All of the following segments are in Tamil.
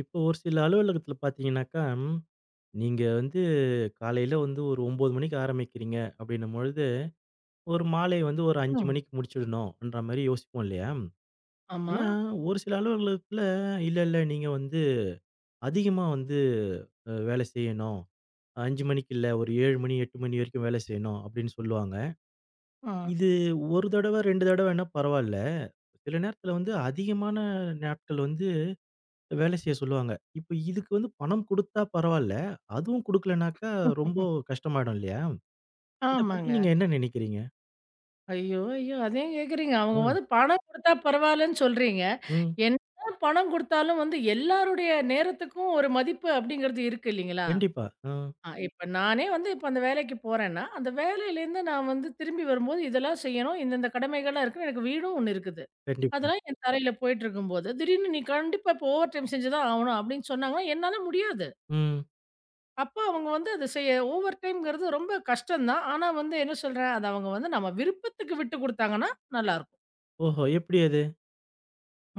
இப்போ ஒரு சில அலுவலகத்துல பார்த்தீங்கன்னாக்கா, நீங்க வந்து காலையில வந்து ஒரு 9 மணிக்கு ஆரம்பிக்கிறீங்க அப்படின்னும் பொழுது, ஒரு மாலை வந்து ஒரு 5 ம். மணிக்கு முடிச்சிடணும்ன்ற மாரி யோசிப்போம் இல்லையா? ஆமா. ஆனா ஒரு சில அலுவலகத்துல இல்ல நீங்க வந்து அதிகமா வந்து வேலை செய்யணும். 5 மணிக்கு இல்ல ஒரு 7 மணி, 8 மணி வரைக்கும் வேலை செய்யணும் அப்படின்னு சொல்லுவாங்க. ஆ. இது 1 தடவ, 2 தடவைன்னா பரவால்ல. சில நேரத்துல வந்து அதிகமான நாட்கள் வந்து வேலை செய்ய சொல்லுவாங்க. இப்ப இதுக்கு வந்து பணம் குடுத்தா பரவால்ல. அதுவும் குடுக்கலனாக்கா ரொம்ப கஷ்டமாயிடும் இல்லையா? இத பத்தி ஆமாங்க. நீங்க என்ன நினைக்கிறீங்க? ஐயோ! ஐயோ! அது ஏன் கேட்குறீங்க? அவங்க ம், வந்து பணம் குடுத்தா பரவாயில்லன்னு சொல்றீங்க. ம். என்னதான் பணம் குடுத்தாலும் வந்து எல்லாருடைய நேரத்துக்கும் ஒரு மதிப்பு அப்படிங்கிறது இருக்கு இல்லைங்களா? கண்டிப்பா. ஆ, ஆ, இப்ப நானே வந்து இப்ப அந்த வேலைக்கு போறேன்னா, அந்த வேலையிலேருந்து நான் வந்து திரும்பி வரும்போது இதெல்லாம் செய்யணும். இந்தந்த கடமைகள்லாம் இருக்கு. எனக்கு வீடும் ஒண்ணு இருக்குது. கண்டிப்பா. அதெல்லாம் என் தலையில போயிட்டுருக்கும்போது, திடீர்னு நீ கண்டிப்பா இப்ப ஓவர் டைம் செஞ்சு தான் ஆகணும் அப்படின்னு சொன்னாங்கன்னா, என்னால முடியாது. ம். அப்ப அவங்க வந்து அது செய்ய ஓவர் டைம்ங்கிறது ரொம்ப கஷ்டம் தான். ஆனா வந்து என்ன சொல்றேன், அத அவங்க வந்து நம்ம விருப்பத்துக்கு விட்டு குடுத்தாங்கன்னா நல்லாருக்கும். ஓஹோ! எப்படி அது?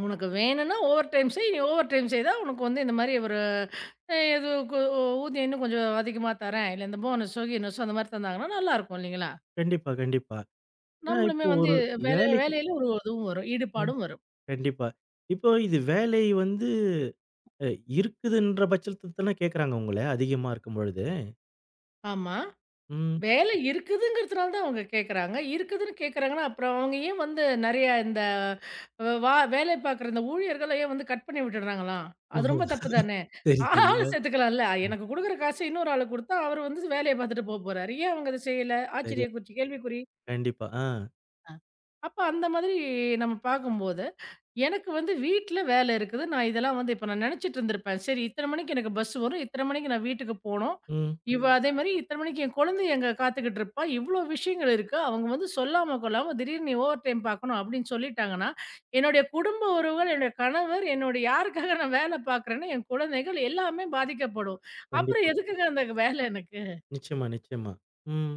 "உனக்கு வேணும்னா ஓவர் டைம் செய். நீ ஓவர் டைம் செய்தா உனக்கு வந்து இந்த மாரி ஒரு அ ஏதோ கு ஊதியம் இன்னும் கொஞ்சம் அதிகமா தரேன். இல்ல இந்த போனஸோ, கீனஸோ அந்த மாரி தந்தாங்கன்னா நல்லாருக்கும்." இல்லைங்களா? கண்டிப்பா, கண்டிப்பா. ஏன்னா நம்மளுமே இப்போ வந்து ஒரு வேலை வேலைக்கு வேலையில ஒரு இதுவும் வரும். ம். ஈடுபாடும் வரும். கண்டிப்பா. இப்போ இது வேலை வந்து அ இருக்குதுன்ற பட்சத்துல தான கேட்கறாங்க உங்கள, அதிகமா இருக்கும்பொழுது. ஆமா. ம். வேலை இருக்குதுங்கிறதுனால தான் அவங்க கேட்குறாங்க. இருக்குதுன்னு கேட்குறாங்கன்னா, அப்புறம் அவங்க ஏன் வந்து நெறையா இந்த வ வா வேலை பார்க்குற இந்த ஊழியர்கள ஏன் வந்து கட் பண்ணி விட்டுடுறாங்களாம்? அது ஓஹோ! ரொம்ப தப்பு தானே! சரி, சரி. ஆள அ சேர்த்துக்கலாம்ல. எனக்கு குடுக்குற காச இன்னொரு ஆளுக்கு குடுத்தா, அவரு வந்து வேலைய பார்த்துட்டு போறாரு. ஏன் அவங்க அத செய்யல? சரியா ஆச்சரியக்குறிச்சி கேள்விக்குறி. கண்டிப்பா. ஆ. அ. அப்ப அந்த மாதிரி நம்ம பார்க்கும்போது, எனக்கு வந்து வீட்ல வேலை இருக்குது. நான் இதெல்லாம் வந்து இப்ப நான் நெனச்சுட்டு இருந்திருப்பேன். சரி இத்தன மணிக்கு எனக்கு பஸ் வரும். இத்தன மணிக்கு நான் வீட்டுக்கு போணும். ம். இவ ம். அதே மாரி இத்தன மணிக்கு என் குழந்தை அங்க காத்துக்கிட்டு இருப்பா. இவ்ளோ விஷயங்கள் இருக்கு. அவங்க வந்து சொல்லாம கொள்ளாம திடீர்னு நீ ஓவர் டைம் பார்க்கணும் அப்படின்னு சொல்லிட்டாங்கன்னா, என்னுடைய குடும்ப உறவுகள், என்னுடைய கணவர், என்னுடைய யாருக்காக நான் வேலை பார்க்குறேனோ என் குழந்தைகள் எல்லாமே பாதிக்கப்படும். அப்புறம் கண்டிப்பா. எதுக்குங்க அந்த வேலை எனக்கு? நிச்சயமா, நிச்சயமா. ம்.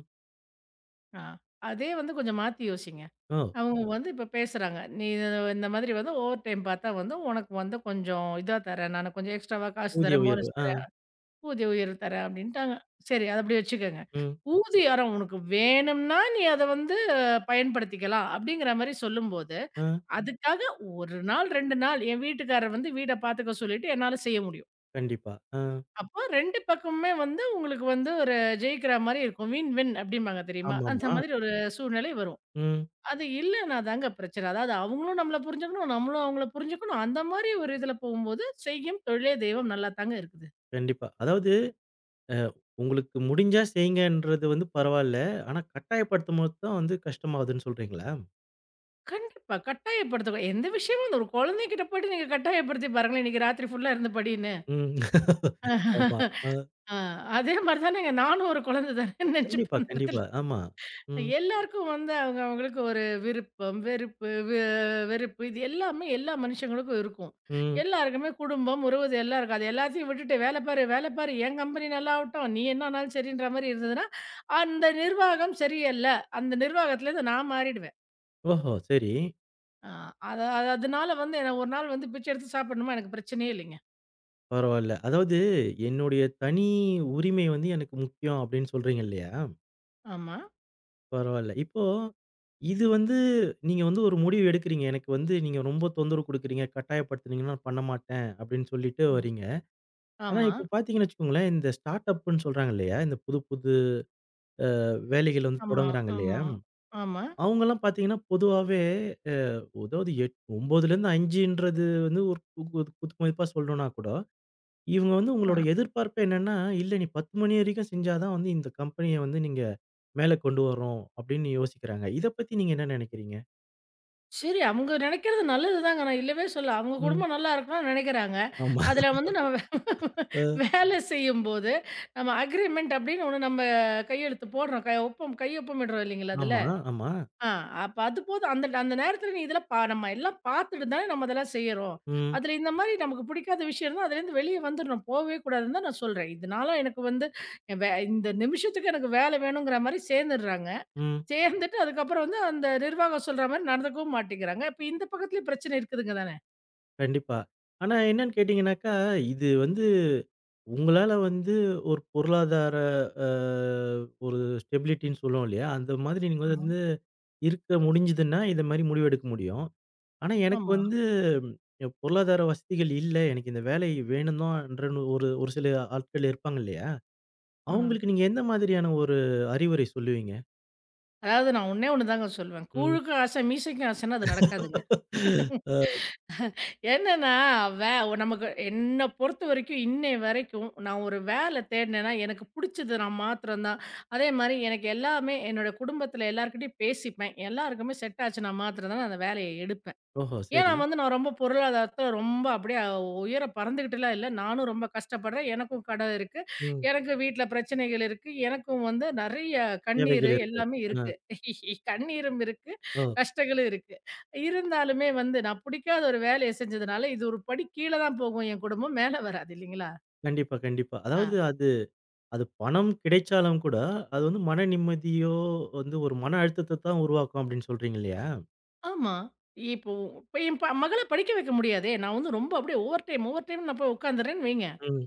ஆ. அதே வந்து கொஞ்சம் மாத்தி யோசிங்க. ஓ! அவங்க வந்து இப்ப பேசுறாங்க. "நீ இது இந்த மாதிரி வந்து ஓவர் டைம் பார்த்தா வந்து உனக்கு வந்து கொஞ்சம் இதா தரேன் நானு. கொஞ்சம் எக்ஸ்ட்ராவா காசு ஊதிய தரேன், உயர்வு. போனஸ் ஆ, தரேன், ஊதிய உயர்வு தரேன்" அப்படின்ட்டாங்க. சரி அத அப்படி வச்சுக்கங்க. ம், ஊதியாரம் உனக்கு வேணும்னா நீ அத வந்து பயன்படுத்திக்கலாம் அப்படிங்கிற மாரி சொல்லும்போது, ஆ, அதுக்காக 1 நாள் 2 நாள் என் வீட்டுக்காரர் வந்து வீட பார்த்துக்க சொல்லிட்டு என்னால செய்ய முடியும். கண்டிப்பா. ஆ, அப்போ 2 பக்கமுமே வந்து உங்களுக்கு வந்து ஒரு ஜெயிக்கிற மாரி இருக்கும். வின் வின் அப்படிம்பாங்க தெரியுமா? அந்த ஆமாமா. மாதிரி ஒரு சூழ்நிலை வரும். ம், அது இல்லன்னா தாங்க பிரச்சனை. அதாவது அவங்களும் நம்மள புரிஞ்சுக்கணும், நம்மளும் அவங்கள புரிஞ்சுக்கணும். அந்த மாரி ஒரு இதுல போம்போது, செய்யும் தொழிலே தெய்வம் நல்லா தாங்க இருக்குது. கண்டிப்பா. அதாவது அ உங்களுக்கு முடிஞ்சா செய்யுங்கன்றது வந்து பரவால்ல. ஆனா கட்டாயப்படுத்தும்போது தான் வந்து கஷ்டமாகுதுன்னு சொல்றீங்களா? கண்டிப்பா. கட்டாயப்படுத்தக்கூ எந்த விஷயமும் அந்த ஒரு குழந்தைகிட்ட போயிட்டு நீங்க கட்டாயப்படுத்தி பாருங்களேன், "இன்னைக்கு ராத்திரி ஃபுல்லா இருந்து படின்னு." ம். ஆமா. ஆ, ஆ, அதே மாரி தானேங்க நானும் ஒரு குழந்தை தானேன்னு நெனச்சுப்பேன் கண்டிப்பா, அந்த கண்டிப்பா. இடத்துல. ஆமா. ம், எல்லாருக்கும் வந்து அவங்க அவங்களுக்கு ஒரு விருப்பம், வெறுப்பு, வெறுப்பு இது எல்லாமே எல்லா மனுஷங்களுக்கும் இருக்கும். ம். எல்லாருக்குமே குடும்பம், உறவு எல்லாம் இருக்கும். அது எல்லாத்தையும் விட்டுட்டு வேலை பாரு, வேலை பாரு, என் கம்பெனி நல்லாவட்டும், நீ என்ன ஆனாலும் சரின்ற மாரி இருந்ததுன்னா, அந்த நிர்வாகம் சரியில்ல. அந்த நிர்வாகத்துலேருந்து நான் மாறிடுவேன். ஓஹோ! சரி. அ அத அத அதனால வந்து என்ன ஒரு நாள் வந்து பிச்சை எடுத்து சாப்பிடணுமா எனக்கு பிரச்சனையே இல்லைங்க. பரவால்ல. அதாவது என்னுடைய தனி உரிமை வந்து எனக்கு முக்கியம் அப்படின்னு சொல்றீங்க இல்லையா? ஆமா. பரவால்ல. இப்போ இது வந்து நீங்க வந்து ஒரு முடிவு எடுக்குறீங்க. எனக்கு வந்து நீங்க ரொம்ப தொந்தரவு குடுக்குறீங்க, கட்டாயப்படுத்துனீங்கன்னா நான் பண்ண மாட்டேன் அப்டின்னு சொல்லிட்டு ம். வரீங்க. ஆனா ஆமா, இப்போ பார்த்தீங்கன்னு வச்சுக்கோங்களேன், இந்த ஸ்டார்ட் அப்ன்னு சொல்றாங்க இல்லையா? இந்த புது புது வேலைகள் வந்து ஆமா, தொடங்குறாங்க இல்லையா? ஆமா, ஆமா. அவங்கலாம் பார்த்தீங்கன்னா பொதுவாவே அ அதாவது 9லேருந்து 5ன்றது வந்து ஒரு குத்து மதிப்பா சொல்லணும்னா கூட, இவங்க வந்து அ. உங்களோட எதிர்பார்ப்பு என்னன்னா, இல்ல நீ 10 மணி வரைக்கும் செஞ்சா தான் வந்து இந்த கம்பெனிய வந்து நீங்க மேல கொண்டு வரோம் அப்டின்னு யோசிக்கிறாங்க. இத பத்தி நீங்க என்ன நெனைக்கிறீங்க? சரி, அவங்க நெனைக்கிறது நல்லதுதாங்க. நான் இல்லவே சொல்லல. அவங்க ம். குடும்பம் நல்லா இருக்கணும்னு நெனைக்கிறாங்க. ஆமா, அதுல வந்து நம்ம வே- வேலை செய்யும்போது, நம்ம அக்ரீமெண்ட் அப்படின்னு ஒண்ணு நம்ம கையெழுத்து போடுறோம். க ஒப்பம் கையொப்பமிடுறோம் இல்லைங்களா அதுல? ஆமா, ஆமா. ஆ, அப்ப அது போதும். அந்த அந்த நேரத்துல நீ இதெல்லாம் நம்ம எல்லாம் பார்த்துட்டு தானே நம்ம இதெல்லாம் செய்றோம். ம், அதுல இந்த மாரி நமக்கு பிடிக்காத விஷயம் இருந்தா, அதுலேருந்து வெளிய வந்துரணும். போவே கூடாதுன்னு தான் நான் சொல்றேன். இதனால எனக்கு வந்து, இந்த நிமிஷத்துக்கு எனக்கு வேலை வேணுங்கிற மாரி சேர்ந்துடுறாங்க. ம். சேர்ந்துட்டு அதுக்கப்புறம் வந்து அந்த நிர்வாகம் சொல்ற மாரி நடந்துக்கவும் மாட்டேங்கிறாங்க. அப்ப இந்த பக்கத்துலயும் பிரச்சனை இருக்குதுங்க தானே? கண்டிப்பா. ஆனா என்னன்னு கேட்டீங்கன்னாக்கா, இது வந்து உங்களால வந்து ஒரு பொருளாதார அ ஒரு ஸ்டெபிலிட்டின்னு சொல்லுவோம் இல்லையா? அந்த மாதிரி நீங்க ஆமா, வந்து இருக்க முடிஞ்சதுன்னா, இந்த மாரி முடிவெடுக்க முடியும். ஆனா எனக்கு ஆமா. வந்து பொருளாதார வசதிகள் இல்ல. எனக்கு இந்த வேலை வேணும் தான்றன்னு ஒரு ஒரு சில ஆட்கள் இருப்பாங்க இல்லையா? ஆ. அவங்களுக்கு நீங்க எந்த மாதிரியான ஒரு அறிவுரை சொல்லுவீங்க? அதாவது நான் ஒண்ணே ஒண்ணு தாங்க சொல்லுவேன். ம். கூழுக்கும் ஆசை, மீசைக்கும் ஆசைன்னா அது நடக்காதுங்க. அ. என்னன்னா, வே நமக்கு என்ன பொறுத்த வரைக்கும் இன்னைய வரைக்கும் நான் ஒரு வேலை தேடினேன்னா, எனக்கு புடிச்சது நான் மாத்திரம் தான். அதே மாரி எனக்கு எல்லாமே என்னோட குடும்பத்துல எல்லார்கிட்டயும் பேசிப்பேன். எல்லாருக்குமே செட் ஆச்சுன்னா மாத்திரம் தான் நான் மாத்திரம்தான் அந்த வேலைய எடுப்பேன். ஓஹோ! ஏன்னா சரி. வந்து நான் ரொம்ப பொருளாதாரத்துல ரொம்ப அப்படியே உயர பறந்துக்கிட்டுலாம் இல்ல. நானும் ரொம்ப கஷ்டப்படுறேன். எனக்கும் கடன் இருக்கு. ம். எனக்கு வீட்ல பிரச்சனைகள் இருக்கு. எனக்கும் வந்து நெறைய கண்ணீரு தேவைகள் இருக்கு. எல்லாமே ஆ, இருக்கு. கண்ணீரும் இருக்கு. ஓ! கஷ்டங்களும் இருக்கு. இருந்தாலுமே வந்து நான் புடிக்காத ஒரு வேலைய செஞ்சதுனால, இது ஒரு படி கீழ தான் போகும் என் குடும்பம். மேல வராது இல்லைங்களா? கண்டிப்பா, கண்டிப்பா. ஆ. அதாவது அது அது பணம் கிடைச்சாலும் கூட, அது வந்து மன நிம்மதியோ வந்து ஒரு மன அழுத்தத்த தான் உருவாக்கும் அப்படின்னு சொல்றீங்க இல்லையா? ஆமா. இப்போ இப்ப என் மகள படிக்க வைக்க முடியாதே! நான் வந்து ரொம்ப அப்படியே ஓவர் டைம் ஓவர் டைம்னு நான் போய் உட்காந்துர்றேன்னு வைங்க. ம்,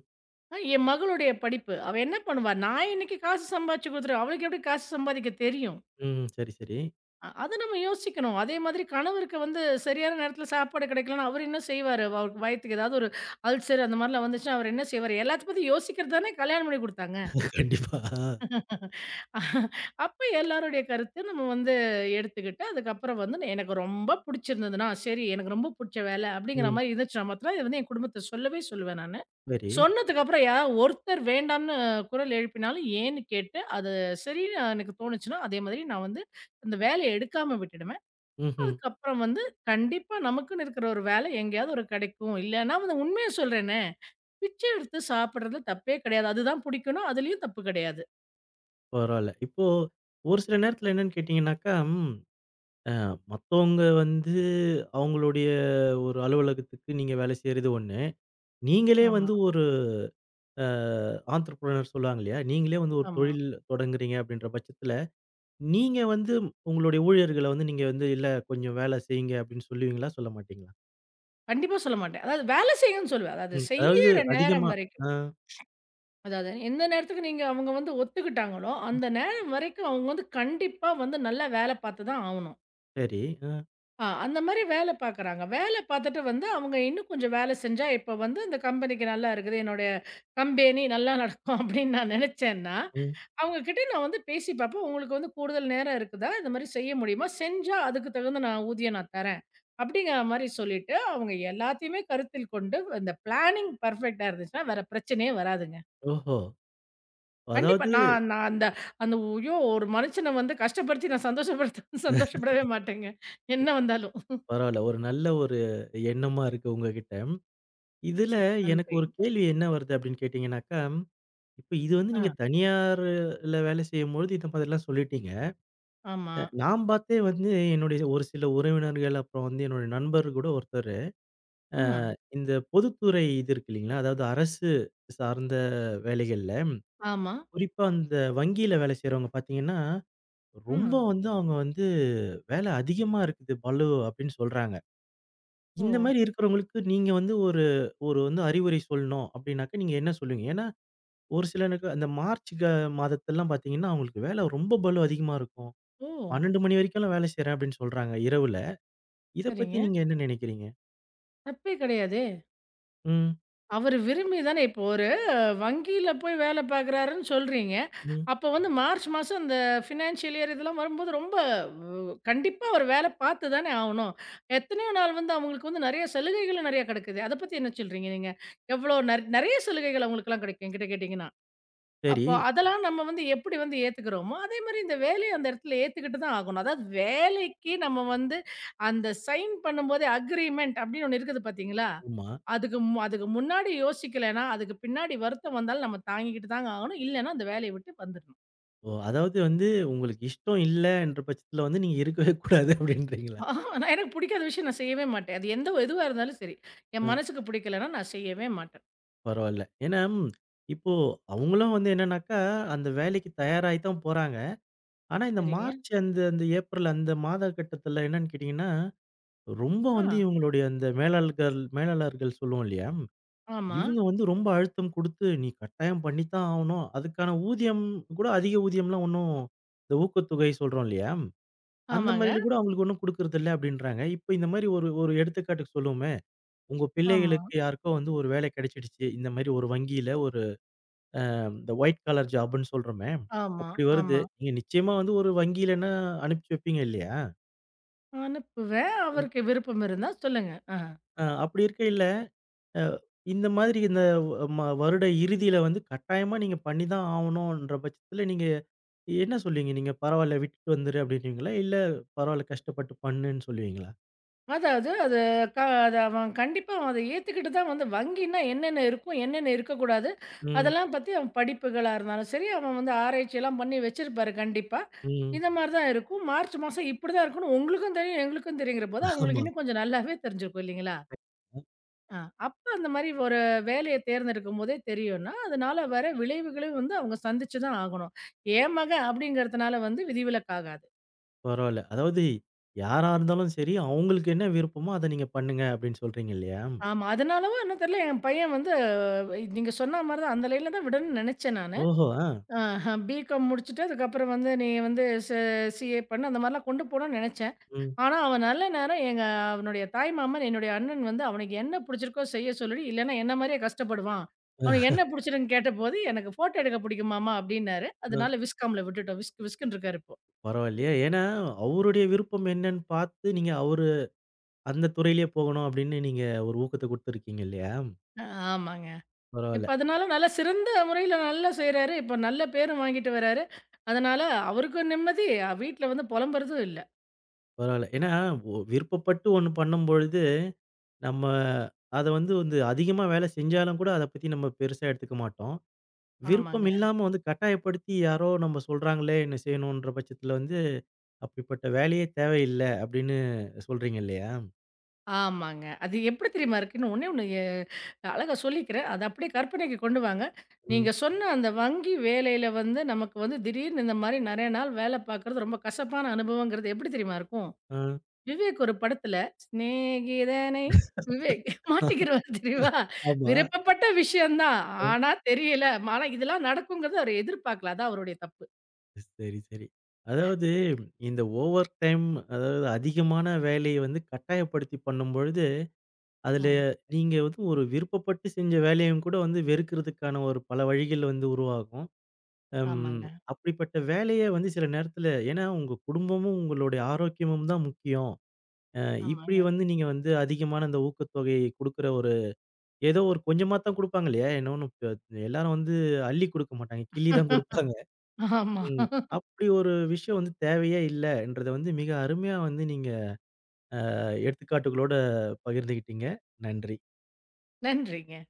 என் மகளுடைய படிப்பு. அவ என்ன பண்ணுவா? நான் இன்னைக்கு காசு சம்பாரிச்சு குடுத்துருவேன். அவளுக்கு எப்படி காசு சம்பாதிக்க தெரியும்? ம். சரி, சரி. அத நம்ம யோசிக்கணும். அதே மாதிரி கணவருக்கு வந்து சரியான நேரத்தில சாப்பாடு கிடைக்கலன்னா, அவரு என்ன செய்வாரு? அவருக்கு வயித்துக்கு ஏதாவது ஒரு அல்சர் அந்த மாரிலாம் வந்துச்சுன்னா, அவரு என்ன செய்வாரு? எல்லாத்த பத்தி யோசிக்கிறது தானே கல்யாணம் பண்ணி குடுத்தாங்க. கண்டிப்பா. ஆ. அப்ப எல்லாருடைய கருத்து நம்ம வந்து எடுத்துக்கிட்டு, அதுக்கப்புறம் வந்து நான் எனக்கு ரொம்ப புடிச்சிருந்ததுன்னா, சரி எனக்கு ரொம்ப புடிச்ச வேலை அப்படிங்கிற ம். மாரி இருந்துச்சுன்னா மாத்திரம், இத வந்து என் குடும்பத்த சொல்லவே சொல்லுவேன் நானு. சரி. சொன்னதுக்கப்புறம் யாராவது ஒருத்தர் வேண்டாம்னு குரல் எழுப்பினாலும் ஏன்னு கேட்டு, அது சரின்னு எனக்கு தோணுச்சுன்னா, அதே மாதிரி நான் வந்து அந்த வேலைய எடுக்காம விட்டுடுவேன். ம்ஹ்ம். அதுக்கப்புறம் வந்து கண்டிப்பா நமக்குன்னு இருக்கிற ஒரு வேலை எங்கேயாவது ஒரு கிடைக்கும். இல்லன்னா வந்து உண்மைய சொல்றேனே! பிச்சை எடுத்து சாப்பிடுறதுல தப்பே கிடையாது. அதுதான் புடிக்கணும், அதுலயும் தப்பு கிடையாது. பரவால்ல. இப்போ ஒரு சில நேரத்துல என்னன்னு கேட்டீங்கன்னாக்கா, ம் அ மத்தவங்க வந்து அவங்களுடைய ஒரு அலுவலகத்துக்கு நீங்க வேலை செய்றது ஒண்ணு. நீங்களே ஆமா, வந்து ஒரு அ ஆன்ட்ரப்ரனர் சொல்லுவாங்க இல்லையா? நீங்களே வந்து ஒரு ஆமா. தொழில் தொடங்குறீங்க அப்படின்ற பட்சத்துல நீங்க வந்து உங்களுடைய ஊழியர்கள வந்து நீங்க வந்து, "இல்ல கொஞ்சம் வேலை செய்யுங்க" அப்படின்னு சொல்லுவீங்களா? சொல்ல மாட்டீங்களா? கண்டிப்பா சொல்ல மாட்டேன். அதாவது வேலை செய்யுங்கன்னு சொல்லுவேன். அதாவது ம். அதாவது செய்யிற அதிகமா நேரம் வரைக்கும். ஆ அதாவது எந்த நேரத்துக்கு நீங்க அவங்க வந்து ஒத்துக்கிட்டாங்களோ, அந்த நேரம் வரைக்கும் அவங்க வந்து கண்டிப்பா வந்து நல்லா வேலை பார்த்து தான் ஆவணும். சரி. ஆ. ஆ, அந்த மாரி வேலை பார்க்குறாங்க. வேலை பார்த்துட்டு வந்து அவங்க இன்னும் கொஞ்சம் வேலை செஞ்சா, இப்ப வந்து இந்த கம்பெனிக்கு நல்லா இருக்குது. என்னுடைய கம்பெனி நல்லா நடக்கும் அப்படின்னு நான் நினைச்சேன்னா, ம். அவங்க கிட்ட நான் வந்து பேசி பார்ப்பேன். உங்களுக்கு வந்து கூடுதல் நேரம் இருக்குதா? இந்த மாரி செய்ய முடியுமா? செஞ்சா அதுக்கு தகுந்த நான் ஊதியம் நான் தரேன். அப்படிங்கிற மாரி சொல்லிட்டு, அவங்க எல்லாத்தையுமே கருத்தில் கொண்டு இந்த பிளானிங் பெர்ஃபெக்ட்டா இருந்துச்சுன்னா, வேற பிரச்சனையே வராதுங்க. ஓஹோ! கண்டிப்பா அதாவது நான் நான் அந்த அந்த ஐயோ! ஒரு மனுஷன வந்து கஷ்டப்படுத்தி நான் சந்தோஷப்படுத்த சந்தோஷப்படவே மாட்டேங்க. என்ன வந்தாலும். பரவால்ல. ஒரு நல்ல ஒரு எண்ணமா இருக்கு உங்ககிட்ட. இதுல சரி எனக்கு நன்றி. ஒரு கேள்வி என்ன வருது அப்படின்னு கேட்டீங்கன்னாக்கா, இப்ப இது வந்து நீங்க ஆ, தனியார்ல வேலை செய்யும்பொழுது இந்த மாதிரிலாம் சொல்லிட்டீங்க. ஆமா. நான் பார்த்தே வந்து என்னுடைய ஒரு சில உறவினர்கள், அப்புறம் வந்து என்னுடைய நண்பர் கூட ஒருத்தர் அ ஆ, இந்த பொதுத்துறை இது இருக்கு இல்லீங்களா? அதாவது அரசு சார்ந்த வேலைகள்ல, ஆமா. குறிப்பா அந்த வங்கியில வேலை செய்றவங்க பார்த்தீங்கன்னா, ஆ. ரொம்ப வந்து அவங்க வந்து "வேலை அதிகமா இருக்குது பளு" அப்படின்னு சொல்றாங்க. ஓ! இந்த மாரி இருக்கிறவங்களுக்கு நீங்க வந்து ஒரு ஒரு வந்து அறிவுரை சொல்லணும் அப்படின்னாக்க நீங்க என்ன சொல்லுவீங்க? ஏன்னா, ஒரு சிலருக்கு அந்த மார்ச் மாதத்தெல்லாம் பார்த்தீங்கன்னா, அவங்களுக்கு வேலை ரொம்ப பளு அதிகமா இருக்கும். ஓ! 12 மணி வரைக்கும்லாம் வேலை செய்றேன் அப்படின்னு சொல்றாங்க இரவுல. இத பத்தி சரிங்க. நீங்க என்ன நினைக்கிறீங்க? தப்பே கிடையாது. ம், அவரு விரும்பி தானே இப்போ ஒரு வங்கியில போய் வேலை பார்க்குறாருன்னு சொல்றீங்க. ம். அப்போ வந்து மார்ச் மாசம் இந்த ஃபினான்ஷியல் இயர் இதெல்லாம் வரும்போது ரொம்ப கண்டிப்பா ஒரு வேலை பார்த்து தானே ஆவணும். எத்தனையோ நாள் வந்து அவங்களுக்கு வந்து நெறைய சலுகைகளும் நெறைய கெடைக்குது. அத பத்தி என்ன சொல்றீங்க நீங்க? எவ்வளோ நெறைய சலுகைகள் அவங்களுக்கெல்லாம் கெடைக்கும் என்கிட்ட கேட்டீங்கன்னா? சரி. அப்போ அதெல்லாம் நம்ம வந்து எப்படி வந்து ஏத்துக்கிறோமோ, அதே மாரி இந்த வேலைய அந்த இடத்துல ஏத்துக்கிட்டு தான் ஆகணும். அதாவது வேலைக்கு நம்ம வந்து அந்த சைன் பண்ணும்போதே அக்ரீமெண்ட் அப்படின்னு ஒண்ணு இருக்குது பார்த்தீங்களா? ஆமா. அதுக்கு முன்னாடி யோசிக்கலன்னா, அதுக்கு பின்னாடி வருத்தம் வந்தாலும் நம்ம தாங்கிக்கிட்டு தாங்க ஆகணும். இல்லன்னா அந்த வேலைய விட்டு வந்துரணும். ஓ! அதாவது வந்து உங்களுக்கு இஷ்டம் இல்லன்ற பட்சத்துல வந்து நீங்க இருக்கவே கூடாது அப்டின்றீங்களா? நான் எனக்கு பிடிக்காத விஷயம் நான் செய்யவே மாட்டேன். அது எந்த எதுவா இருந்தாலும் சரி. அ என் மனசுக்கு பிடிக்கலன்னா நான் செய்யவே மாட்டேன். பரவால்ல. ஏன்னா, இப்போ அவங்களும் வந்து என்னன்னாக்கா, அந்த வேலைக்கு தயாராகி தான் போறாங்க. ஆனா இந்த சரிங்க. மார்ச் அந்த அந்த ஏப்ரல் அந்த மாத கட்டத்துல என்னன்னு கேட்டீங்கன்னா, ரொம்ப ஆ. வந்து இவங்களுடைய அந்த மேலாள்கள் மேலாளர்கள் சொல்லுவோம் இல்லையா? ஆமா. இவங்க வந்து ரொம்ப அழுத்தம் குடுத்து, "நீ கட்டாயம் பண்ணித்தான் ஆவணும்." அதுக்கான ஊதியம் கூட அதிக ஊதியம்லாம் ஒண்ணும் இந்த ஊக்கத்தொகை சொல்றோம் இல்லையா? அந்த ஆமாங்க. மாரில கூட அவங்களுக்கு ஒண்ணும் குடுக்குறதில்ல அப்டின்றாங்க. இப்ப இந்த மாரி ஒரு ஒரு எடுத்துக்காட்டுக்கு சொல்லுவோமே, உங்க ஆமா. பிள்ளைகளுக்கு யாருக்கோ வந்து ஒரு வேலை கிடைச்சிடுச்சு. இந்த மாரி ஒரு வங்கியில ஒரு இந்த ஒயிட் காலர் ஜாப்ன்னு சொல்றோமே, ஆமா. அப்படி வருது. ஆமா. நீங்க நிச்சயமா வந்து ஒரு வங்கியிலன்னா அனுப்பிச்சு வைப்பீங்க இல்லையா? அனுப்புவேன். ம். அவருக்கு விருப்பம் இருந்தா சொல்லுங்க. ஆ. அ அப்படி இருக்கையில, அ இந்த மாதிரி இந்த வ- ம வருட இறுதியில வந்து கட்டாயமா நீங்க பண்ணி தான் ஆவணுன்ற பட்சத்தில நீங்க என்ன சொல்லுவீங்க? நீங்க பரவால்ல விட்டுட்டு வந்துரு அப்படின்னுவீங்களா? இல்ல பரவால்ல கஷ்டப்பட்டு பண்ணுன்னு சொல்லுவீங்களா? அதாவது அது க அது அவன் கண்டிப்பா அத ஏத்துக்கிட்டு தான் வந்து வங்கின்னா என்னென்ன இருக்கும், என்னென்ன இருக்கக்கூடாது, ம். அதெல்லாம் பத்தி அவன் படிப்புகளா இருந்தாலும் சரி, அவன் வந்து ஆராய்ச்சியெல்லாம் பண்ணி வச்சிருப்பாரு கண்டிப்பா. ம். இந்த மாரி தான் இருக்கும். மார்ச் மாசம் இப்படி தான் இருக்கும்னு உங்களுக்கும் தெரியும், எங்களுக்கும் தெரியுங்கிற போது, ஆமா. அவங்களுக்கு இன்னும் கொஞ்சம் நல்லாவே தெரிஞ்சிருக்கும் இல்லைங்களா? ஆ, அப்ப அந்த மாரி ஒரு வேலைய தேர்ந்தெடுக்கும்போதே தெரியும்னா, அதனால வர விளைவுகளையும் வந்து அவங்க சந்திச்சு தான் ஆகணும். என் மகன் அப்படிங்கிறதுனால வந்து விதிவிலக்கு ஆகாது. பரவால்ல. அதாவது யாரா இருந்தாலும் சரி, அவங்களுக்கு என்ன விருப்பமோ அத நீங்க பண்ணுங்க அப்படின்னு சொல்றீங்க இல்லையா? ஆமா. அதனாலவோ என்னவோ தெரியல, என் பையன் வந்து நீங்க சொன்ன மாரி தான் அந்த லைன்ல தான் விடணும்னு நெனச்சேன் நானு. ஓஹோ! ஆ. ஆஹ பிகாம் முடிச்சுட்டு அதுக்கப்புறம் வந்து நீ வந்து சிஏ பண்ணு அந்த மாரிலாம் கொண்டு போணும்னு நெனச்சேன். ம். ஆனா அவன் நல்ல நேரம் எங்க அவனுடைய தாய் மாமன், என்னுடைய அண்ணன் வந்து அவனுக்கு என்ன புடிச்சிருக்கோ செய்ய சொல்லி, இல்லன்னா என்ன மாரியே கஷ்டப்படுவான். அவனுக்கு என்ன புடிச்சிருக்குன்னு கேட்டபோது, எனக்கு ஃபோட்டோ எடுக்க புடிக்கும் மாமா அப்டின்னாரு. அ அதனால விஸ்காம்ல விட்டுட்டோம். விஸ்க்ன்னு இருக்காரு இப்போ. பரவாயில்லையே! ஏன்னா அவருடைய விருப்பம் என்னன்னு பார்த்து நீங்க அவரு அந்த துறையிலேயே போகணும் அப்படின்னு நீங்க ஒரு ஊக்கத்த குடுத்துருக்கீங்க இல்லையா? ஆமாங்க. பரவால்ல, இப்ப அதனால நல்ல சிறந்த முறையில நல்லா செய்றாரு. இப்ப நல்ல பேரும் வாங்கிட்டு வராரு. அதனால அவருக்கும் நிம்மதி, வீட்ல வந்து புலம்புறதும் இல்ல. பரவால்ல. ஏன்னா விருப்பப்பட்டு ஒண்ணு பண்ணும்பொழுது, நம்ம அத வந்து வந்து அதிகமா வேலை செஞ்சாலும் கூட அத பத்தி நம்ம பெருசா எடுத்துக்க மாட்டோம். விருப்பம் ஆமாங்க, இல்லாம வந்து கட்டாயப்படுத்தி யாரோ நம்ம சொல்றாங்களே என்ன செய்யணுன்ற பட்சத்துல வந்து அப்படிப்பட்ட வேலையே தேவையில்ல அப்படின்னு சொல்றீங்க இல்லையா? ஆமாங்க. அது எப்படி தெரியுமா இருக்குன்னு ஒண்ணே ஒண்ணு அழகா சொல்லிக்கிறேன். அத அப்படியே கற்பனைக்கு கொண்டு வாங்க. ம். நீங்க சொன்ன அந்த வங்கி வேலையில வந்து நமக்கு வந்து திடீர்னு இந்த மாரி நெறைய நாள் வேலை பார்க்கறது ரொம்ப கசப்பான அனுபவங்கிறது எப்படி தெரியுமா இருக்கும்? ஆ. விவேக் ஒரு படத்துல, சிநேகிதனை விவேக் மாட்டிக்கிருவாரு தெரியுமா? ஆமா. விருப்பப்பட்ட விஷயம் தான். அ. ஆனா தெரியல. ஆனா இதெல்லாம் நடக்குங்கிறத அவரு எதிர்பார்க்கல. அதான் அவருடைய தப்பு. சரி, சரி. அதாவது இந்த ஓவர் டைம் அதாவது அதிகமான வேலைய வந்து கட்டாயப்படுத்தி பண்ணும்பொழுது, அதில ம். நீங்க வந்து ஒரு விருப்பப்பட்டு செஞ்ச வேலையும் கூட வந்து வெறுக்கிறதுக்கான ஒரு பல வழிகள் வந்து உருவாகும். அம் ஆமாங்க, அப்படிப்பட்ட வேலைய வந்து சில நேரத்தில ஏன்னா உங்க குடும்பமும், உங்களுடைய ஆரோக்கியமும் தான் முக்கியம். அ இப்படி ஆமாங்க. வந்து நீங்க வந்து அதிகமான அந்த ஊக்கத்தொகை குடுக்குற ஒரு ஏதோ ஒரு கொஞ்சமா தான் குடுப்பாங்க இல்லையா? இன்னொன்னு ப எல்லாரும் வந்து அள்ளி குடுக்க மாட்டாங்க. கிள்ளி தான் குடுப்பாங்க. ஆமா. ம். அப்படி ஒரு விஷயம் வந்து தேவையே இல்லன்றத வந்து மிக அருமையா வந்து நீங்க எடுத்துக்காட்டுகளோட பகிர்ந்துகிட்டீங்க. நன்றி. நன்றிங்க.